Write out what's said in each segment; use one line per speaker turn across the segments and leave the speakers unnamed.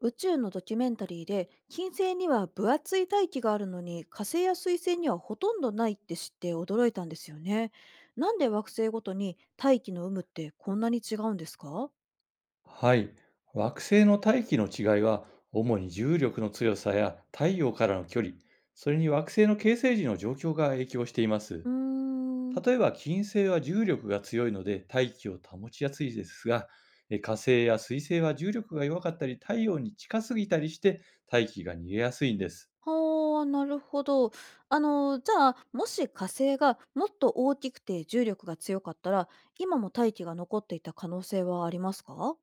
宇宙のドキュメンタリーで金星には分厚い大気があるのに火星や水星にはほとんどないって知って驚いたんですよね。なんで惑星ごとに大気の有無ってこんなに違うんですか？
はい。惑星の大気の違いは、主に重力の強さや太陽からの距離、それに惑星の形成時の状況が影響していま
う
す。
ーん。
例えば金星は重力が強いので大気を保ちやすいですが、火星や水星は重力が弱かったり太陽に近すぎたりして大気が逃げやすいんです。
はあ、なるほど。あの、じゃあ、もし火星がもっと大きくて重力が強かったら、今も大気が残っていた可能性はありますか？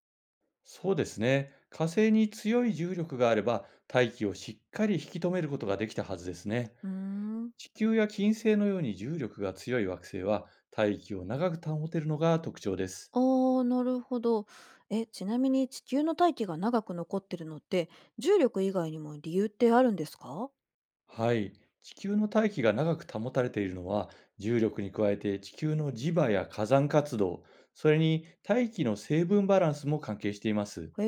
そうですね。火星に強い重力があれば大気をしっかり引き止めることができたはずですね。
うーん。
地球や金星のように重力が強い惑星は大気を長く保てるのが特徴です。
ああ、なるほど。え、ちなみに地球の大気が長く残ってるのって、重力以外にも理由ってあるんですか？
はい。地球の大気が長く保たれているのは、重力に加えて地球の磁場や火山活動、それに大気の成分バランスも関係しています。
へ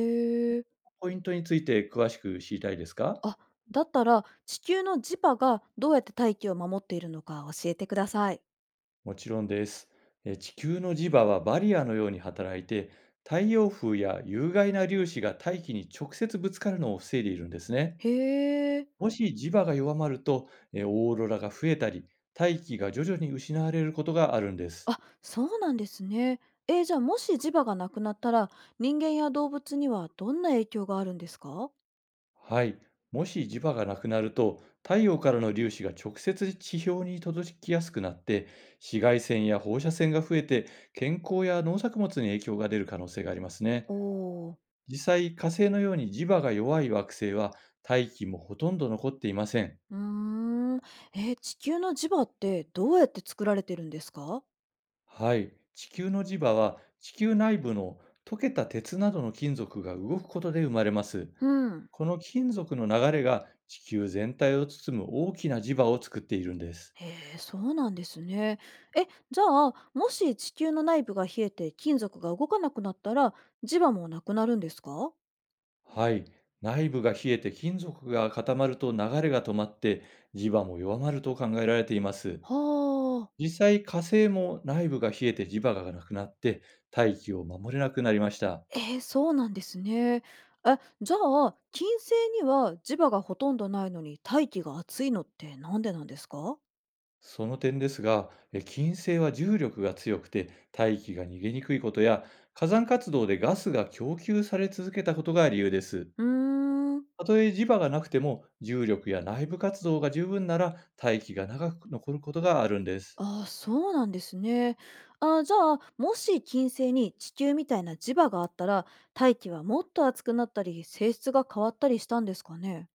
え。
ポイントについて詳しく知りたいですか？
あ、だったら地球の磁場がどうやって大気を守っているのか教えてください。
もちろんです。地球の磁場はバリアのように働いて、太陽風や有害な粒子が大気に直接ぶつかるのを防いでいるんですね。
へえ。
もし磁場が弱まると、オーロラが増えたり、大気が徐々に失われることがあるんです。
あ、そうなんですね。えーじゃあもし磁場がなくなったら、人間や動物にはどんな影響があるんですか？
はい。もし磁場がなくなると、太陽からの粒子が直接地表に届きやすくなって、紫外線や放射線が増えて、健康や農作物に影響が出る可能性がありますね。
おおー。
実際、火星のように磁場が弱い惑星は、大気もほとんど残っていません。
うーん。えー地球の磁場ってどうやって作られてるんですか？
はい。地球の磁場は、地球内部の溶けた鉄などの金属が動くことで生まれます。
うん。
この金属の流れが地球全体を包む大きな磁場を作っているんです。
へえ、そうなんですね。え、じゃあ、もし地球の内部が冷えて金属が動かなくなったら、磁場もなくなるんですか？
はい。内部が冷えて金属が固まると流れが止まって、磁場も弱まると考えられています。
はあ。
実際、火星も内部が冷えて磁場がなくなって、大気を守れなくなりました。
えー、そうなんですね。え、じゃあ、金星には磁場がほとんどないのに大気が熱いのってなんでなんですか？
その点ですが、金星は重力が強くて大気が逃げにくいことや、火山活動でガスが供給され続けたことが理由です。
うーん。
たとえ磁場がなくても、重力や内部活動が十分なら大気が長く残ることがあるんです。
ああ、そうなんですね。あーじゃあ、もし金星に地球みたいな磁場があったら、大気はもっと熱くなったり、性質が変わったりしたんですかね？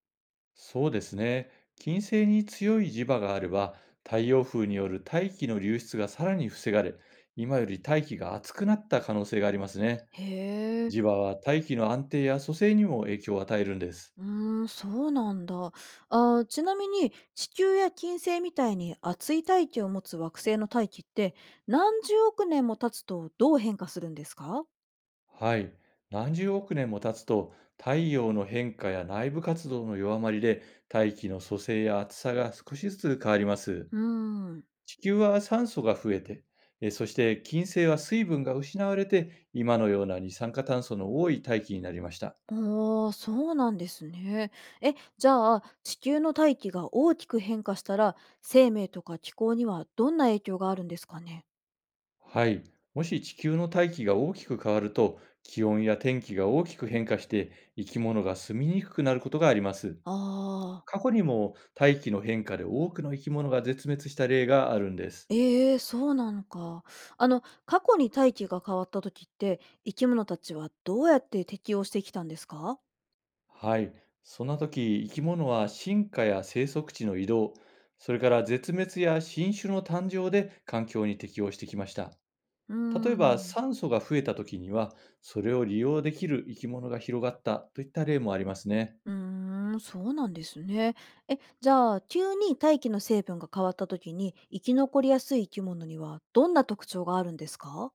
そうですね。金星に強い磁場があれば、太陽風による大気の流出がさらに防がれ、今より大気が熱くなった可能性がありますね。
へえ。
磁場は大気の安定や蘇生にも影響を与えるんです。
うーん、そうなんだ。あーちなみに地球や金星みたいに熱い大気を持つ惑星の大気って何十億年も経つとどう変化するんですか？
はい。何十億年も経つと、太陽の変化や内部活動の弱まりで、大気の蘇生や厚さが少しずつ変わります。
うーん。
地球は酸素が増えて、そして金星は水分が失われて、今のような二酸化炭素の多い大気になりました。
ああ、そうなんですね。え、じゃあ地球の大気が大きく変化したら生命とか気候にはどんな影響があるんですかね？
はい。もし地球の大気が大きく変わると、気温や天気が大きく変化して、生き物が住みにくくなることがあります。
ああー、
過去にも大気の変化で多くの生き物が絶滅した例があるんです。
ええそうなのか。あの、過去に大気が変わった時って生き物たちはどうやって適応してきたんですか？
はい。そんな時、生き物は進化や生息地の移動、それから絶滅や新種の誕生で環境に適応してきました。
う
例え
ー
ば
ん。
酸素が増えた時には、それを利用できる生き物が広がったといった例もありますね。
うーん、そうなんですね。え、じゃあ、急に大気の成分が変わった時に、生き残りやすい生き物にはどんな特徴があるんですか？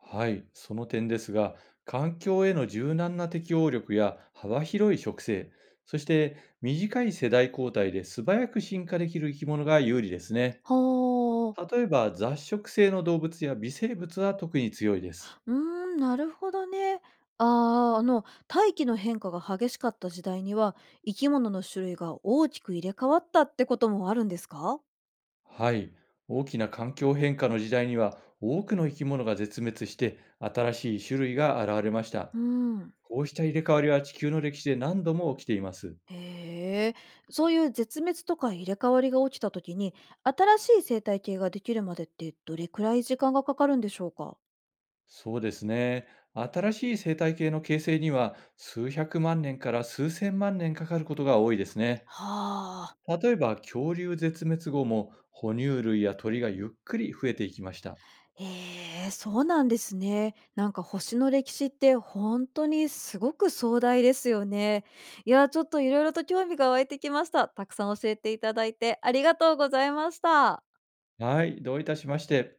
はい、その点ですが、環境への柔軟な適応力や幅広い植生、そして短い世代交代で素早く進化できる生き物が有利ですね。
はあ。
例えば雑食性の動物や微生物は特に強いです。
うーん、なるほどね。ああ、あの、大気の変化が激しかった時代には、生き物の種類が大きく入れ替わったってこともあるんですか？
はい、大きな環境変化の時代には多くの生き物が絶滅して、新しい種類が現れました。
うーん。
こうした入れ替わりは地球の歴史で何度も起きています。
へえ、そういう絶滅とか入れ替わりが起きた時に、新しい生態系ができるまでってどれくらい時間がかかるんでしょうか？
そうですね。新しい生態系の形成には数百万年から数千万年かかることが多いですね。
はあ、
例えば恐竜絶滅後も哺乳類や鳥がゆっくり増えていきました。
ええ、そうなんですね。なんか星の歴史って本当にすごく壮大ですよね。いや、ちょっといろいろと興味が湧いてきました。たくさん教えていただいてありがとうございました。
はい、どういたしまして。